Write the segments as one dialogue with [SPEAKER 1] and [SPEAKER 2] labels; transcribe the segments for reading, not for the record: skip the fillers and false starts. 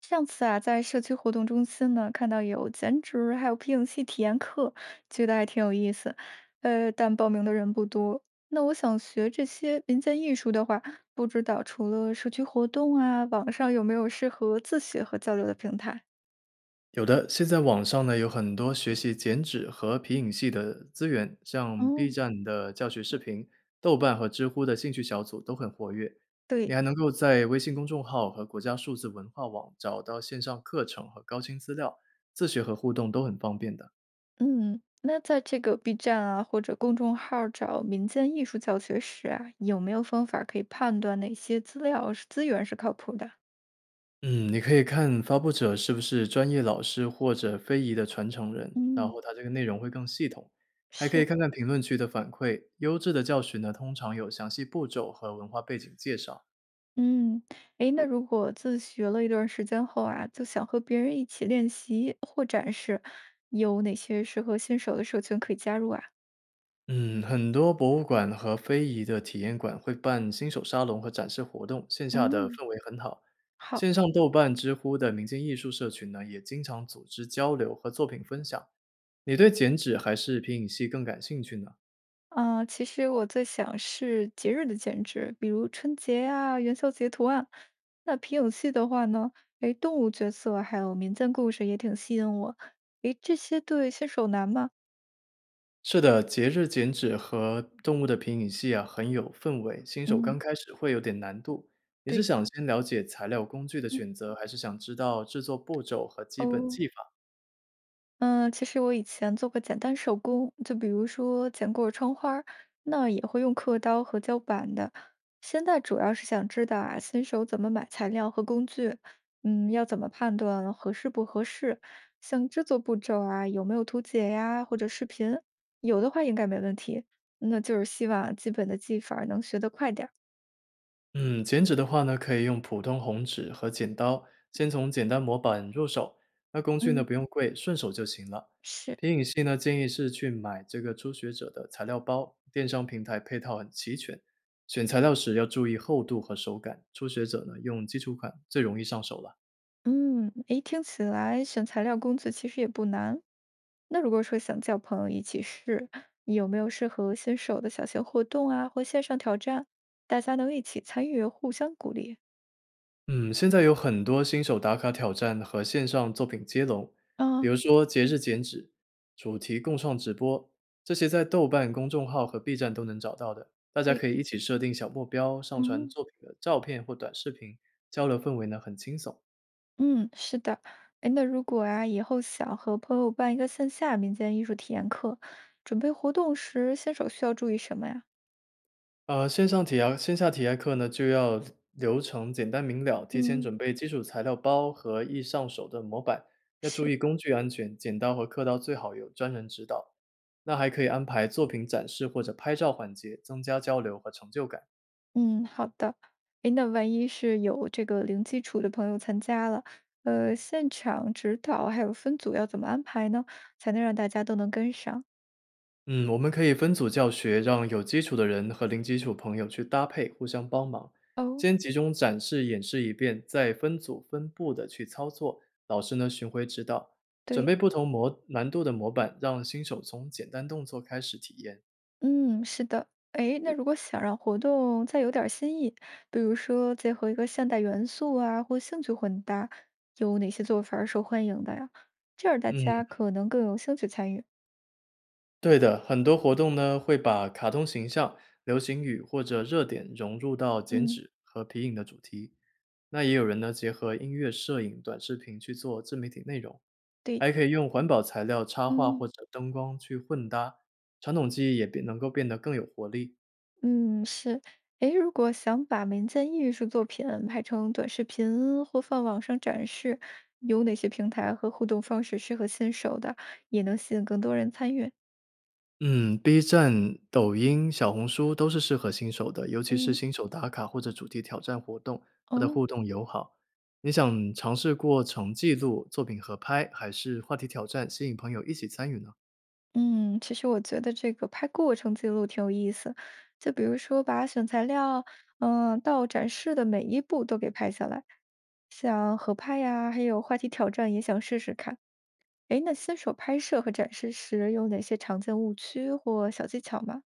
[SPEAKER 1] 上次啊，在社区活动中心呢，看到有剪纸，还有皮影戏体验课，觉得还挺有意思。但报名的人不多。那我想学这些民间艺术的话，不知道除了社区活动啊，网上有没有适合自学和交流的平台？
[SPEAKER 2] 有的，现在网上呢有很多学习剪纸和皮影戏的资源，像 B
[SPEAKER 1] 哦，
[SPEAKER 2] 站的教学视频、豆瓣和知乎的兴趣小组都很活跃。你还
[SPEAKER 1] 对，
[SPEAKER 2] 能够在微信公众号和国家数字文化网找到线上课程和高清资料，自学和互动都很方便的。
[SPEAKER 1] 嗯，那在这个 B 站啊或者公众号儿找民间艺术教学时啊，有没有方法可以判断哪些资料是资源是靠谱的？
[SPEAKER 2] 嗯，你可以看发布者是不是专业老师或者非遗的传承人，然
[SPEAKER 1] 嗯，
[SPEAKER 2] 后他这个内容会更系统。还可以
[SPEAKER 1] 是。
[SPEAKER 2] 看看评论区的反馈，优质的教学呢通常有详细步骤和文化背景介绍。
[SPEAKER 1] 嗯，诶，那如果自学了一段时间后啊，就想和别人一起练习或展示，有哪些适合新手的社群可以加入啊？
[SPEAKER 2] 嗯，很多博物馆和非遗的体验馆会办新手沙龙和展示活动，线下的
[SPEAKER 1] 嗯，
[SPEAKER 2] 氛围很好。
[SPEAKER 1] 好，
[SPEAKER 2] 线上豆瓣、知乎的民间艺术社群呢，也经常组织交流和作品分享。你对剪纸还是皮影戏更感兴趣呢？
[SPEAKER 1] 啊，其实我最想是节日的剪纸，比如春节啊、元宵节图案。那皮影戏的话呢，诶，动物角色还有民间故事也挺吸引我。诶，这些对新手难吗？
[SPEAKER 2] 是的，节日剪纸和动物的皮影戏啊，很有氛围，新手刚
[SPEAKER 1] 嗯。
[SPEAKER 2] 开始会有点难度。你是
[SPEAKER 1] 对，
[SPEAKER 2] 想先了解材料工具的
[SPEAKER 1] 嗯，
[SPEAKER 2] 选择，还是想知道制作步骤和基本
[SPEAKER 1] 哦，
[SPEAKER 2] 技法？
[SPEAKER 1] 嗯，其实我以前做过简单手工，就比如说剪过窗花儿，那也会用刻刀和胶板的。现在主要是想知道啊，新手怎么买材料和工具，嗯，要怎么判断合适不合适，像制作步骤啊，有没有图解呀，或者视频，有的话应该没问题。那就是希望基本的技法儿能学得快点儿。
[SPEAKER 2] 嗯，剪纸的话呢，可以用普通红纸和剪刀，先从简单模板入手。那工具呢，
[SPEAKER 1] 嗯，
[SPEAKER 2] 不用贵，顺手就行了。
[SPEAKER 1] 是，
[SPEAKER 2] 皮影戏呢，建议是去买这个初学者的材料包，电商平台配套很齐全。选材料时要注意厚度和手感，初学者呢用基础款最容易上手了。
[SPEAKER 1] 嗯，诶，听起来选材料工具其实也不难。那如果说想叫朋友一起试，你有没有适合新手的小型活动啊，或线上挑战，大家能一起参与，互相鼓励？
[SPEAKER 2] 嗯，现在有很多新手打卡挑战和线上作品接龙，比
[SPEAKER 1] 啊，
[SPEAKER 2] 如说节日剪纸、主题共创直播，这些在豆瓣公众号和 B 站都能找到的。大家
[SPEAKER 1] 对，
[SPEAKER 2] 可以一起设定小目标，上传
[SPEAKER 1] 嗯，
[SPEAKER 2] 作品的照片或短视频，交流氛围呢很轻松。
[SPEAKER 1] 嗯，是的。哎，那如果啊，以后想和朋友办一个线下民间艺术体验课，准备活动时，新手需要注意什么呀？
[SPEAKER 2] 线上体验线下体验课呢，就要流程简单明了，提前
[SPEAKER 1] 嗯。
[SPEAKER 2] 准备基础材料包和易上手的模板，要注
[SPEAKER 1] 是，
[SPEAKER 2] 意工具安全，剪刀和刻刀最好有专人指导。那还可以安排作品展示或者拍照环节，增加交流和成就感。
[SPEAKER 1] 嗯，好的。诶，那万一是有这个零基础的朋友参加了，现场指导还有分组要怎么安排呢？才能让大家都能跟上？
[SPEAKER 2] 嗯，我们可以分组教学，让有基础的人和零基础朋友去搭配，互相帮忙。
[SPEAKER 1] 哦，
[SPEAKER 2] 先集中展示演示一遍，再分组分步的去操作。老师呢巡回指导，准备
[SPEAKER 1] 对，
[SPEAKER 2] 不同模难度的模板，让新手从简单动作开始体验。
[SPEAKER 1] 嗯，是的。诶，那如果想让活动再有点儿新意，比如说结合一个现代元素啊，或兴趣混搭，有哪些做法儿受欢迎的呀？这样大家
[SPEAKER 2] 嗯，
[SPEAKER 1] 可能更有兴趣参与。
[SPEAKER 2] 对的，很多活动呢会把卡通形象、流行语或者热点融入到剪
[SPEAKER 1] 嗯，
[SPEAKER 2] 纸和皮影的主题。那也有人呢结合音乐、摄影、短视频去做自媒体内容。
[SPEAKER 1] 对，
[SPEAKER 2] 还可以用环保材料、插画
[SPEAKER 1] 嗯。
[SPEAKER 2] 或者灯光去混搭，传统技艺也变能够变得更有活力。
[SPEAKER 1] 嗯，是。诶，如果想把民间艺术作品拍成短视频或放网上展示，有哪些平台和互动方式适合新手的，也能吸引更多人参与？
[SPEAKER 2] 嗯，B 站、抖音、小红书都是适合新手的，尤其是
[SPEAKER 1] 嗯，
[SPEAKER 2] 新手打卡或者主题挑战活动，它的
[SPEAKER 1] 哦，
[SPEAKER 2] 互动友好。你想尝试过程记录、作品合拍，还是话题挑战，吸引朋友一起参与呢？
[SPEAKER 1] 嗯，其实我觉得这个拍过程记录挺有意思，就比如说把选材料，嗯，到展示的每一步都给拍下来，像合拍呀，还有话题挑战也想试试看。诶，那新手拍摄和展示时有哪些常见误区或小技巧吗？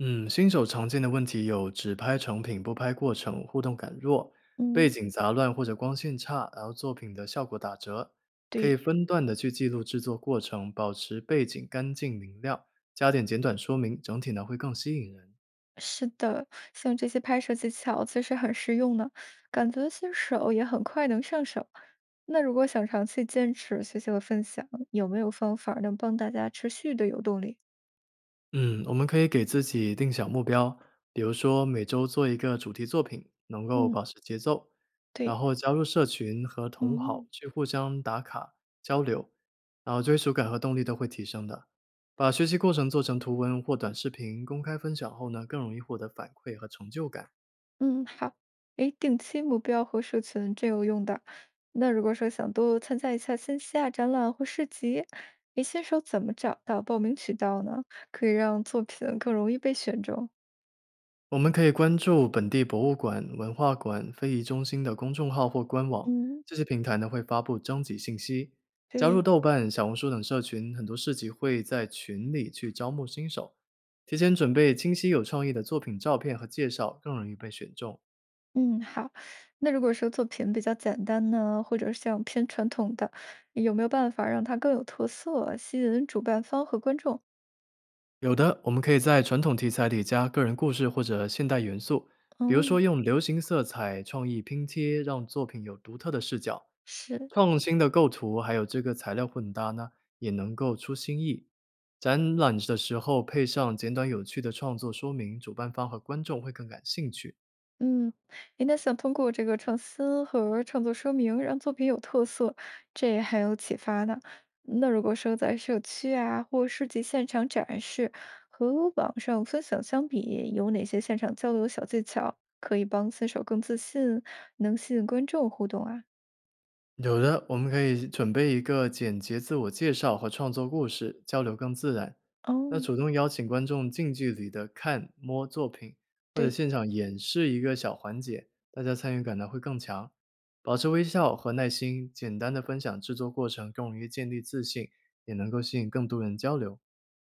[SPEAKER 2] 嗯，新手常见的问题有只拍成品不拍过程，互动感弱，背
[SPEAKER 1] 嗯，
[SPEAKER 2] 景杂乱或者光线差，然后作品的效果打折。可以
[SPEAKER 1] 对，
[SPEAKER 2] 分段的去记录制作过程，保持背景干净明亮，加点简短说明，整体呢会更吸引人。
[SPEAKER 1] 是的，像这些拍摄技巧其实很实用呢，感觉新手也很快能上手。那如果想长期坚持学习和分享，有没有方法能帮大家持续的有动力？
[SPEAKER 2] 嗯，我们可以给自己定小目标，比如说每周做一个主题作品，能够
[SPEAKER 1] 嗯，
[SPEAKER 2] 保持节奏，然
[SPEAKER 1] 对，
[SPEAKER 2] 后加入社群和同好
[SPEAKER 1] 嗯，
[SPEAKER 2] 去互相打卡交流，然后追逐感和动力都会提升的。把学习过程做成图文或短视频公开分享后呢，更容易获得反馈和成就感。
[SPEAKER 1] 嗯，好，诶，定期目标和社群这有用的。那如果说想多参加一下线下展览或市集，诶，新手怎么找到报名渠道呢？可以让作品更容易被选中。
[SPEAKER 2] 我们可以关注本地博物馆、文化馆、非遗中心的公众号或官网，
[SPEAKER 1] 嗯，
[SPEAKER 2] 这些平台呢会发布征集信息。加入
[SPEAKER 1] 对。
[SPEAKER 2] 豆瓣、小红书等社群，很多市集会在群里去招募新手。提前准备清晰有创意的作品照片和介绍，更容易被选中。
[SPEAKER 1] 嗯，好。那如果说作品比较简单呢，或者像偏传统的，有没有办法让它更有特色，吸引主办方和观众？
[SPEAKER 2] 有的，我们可以在传统题材里加个人故事或者现代元素，比如
[SPEAKER 1] 哦，
[SPEAKER 2] 说用流行色彩、创意拼贴，让作品有独特的视角。
[SPEAKER 1] 是，
[SPEAKER 2] 创新的构图还有这个材料混搭呢，也能够出新意。展览的时候配上简短有趣的创作说明，主办方和观众会更感兴趣。
[SPEAKER 1] 嗯，诶，那想通过这个创新和创作说明，让作品有特色，这很有启发呢。那如果说在社区啊或市集现场展示，和网上分享相比，有哪些现场交流小技巧可以帮新手更自信，能吸引观众互动啊？
[SPEAKER 2] 有的，我们可以准备一个简洁自我介绍和创作故事，交流更自然。那
[SPEAKER 1] 哦，
[SPEAKER 2] 主动邀请观众近距离的看、摸作品，或者
[SPEAKER 1] 对，
[SPEAKER 2] 现场演示一个小环节，大家参与感呢会更强。保持微笑和耐心，简单的分享制作过程，更容易建立自信，也能够吸引更多人交流。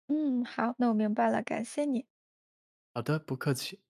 [SPEAKER 1] 嗯，好，那我明白了，感谢你。
[SPEAKER 2] 好的，不客气。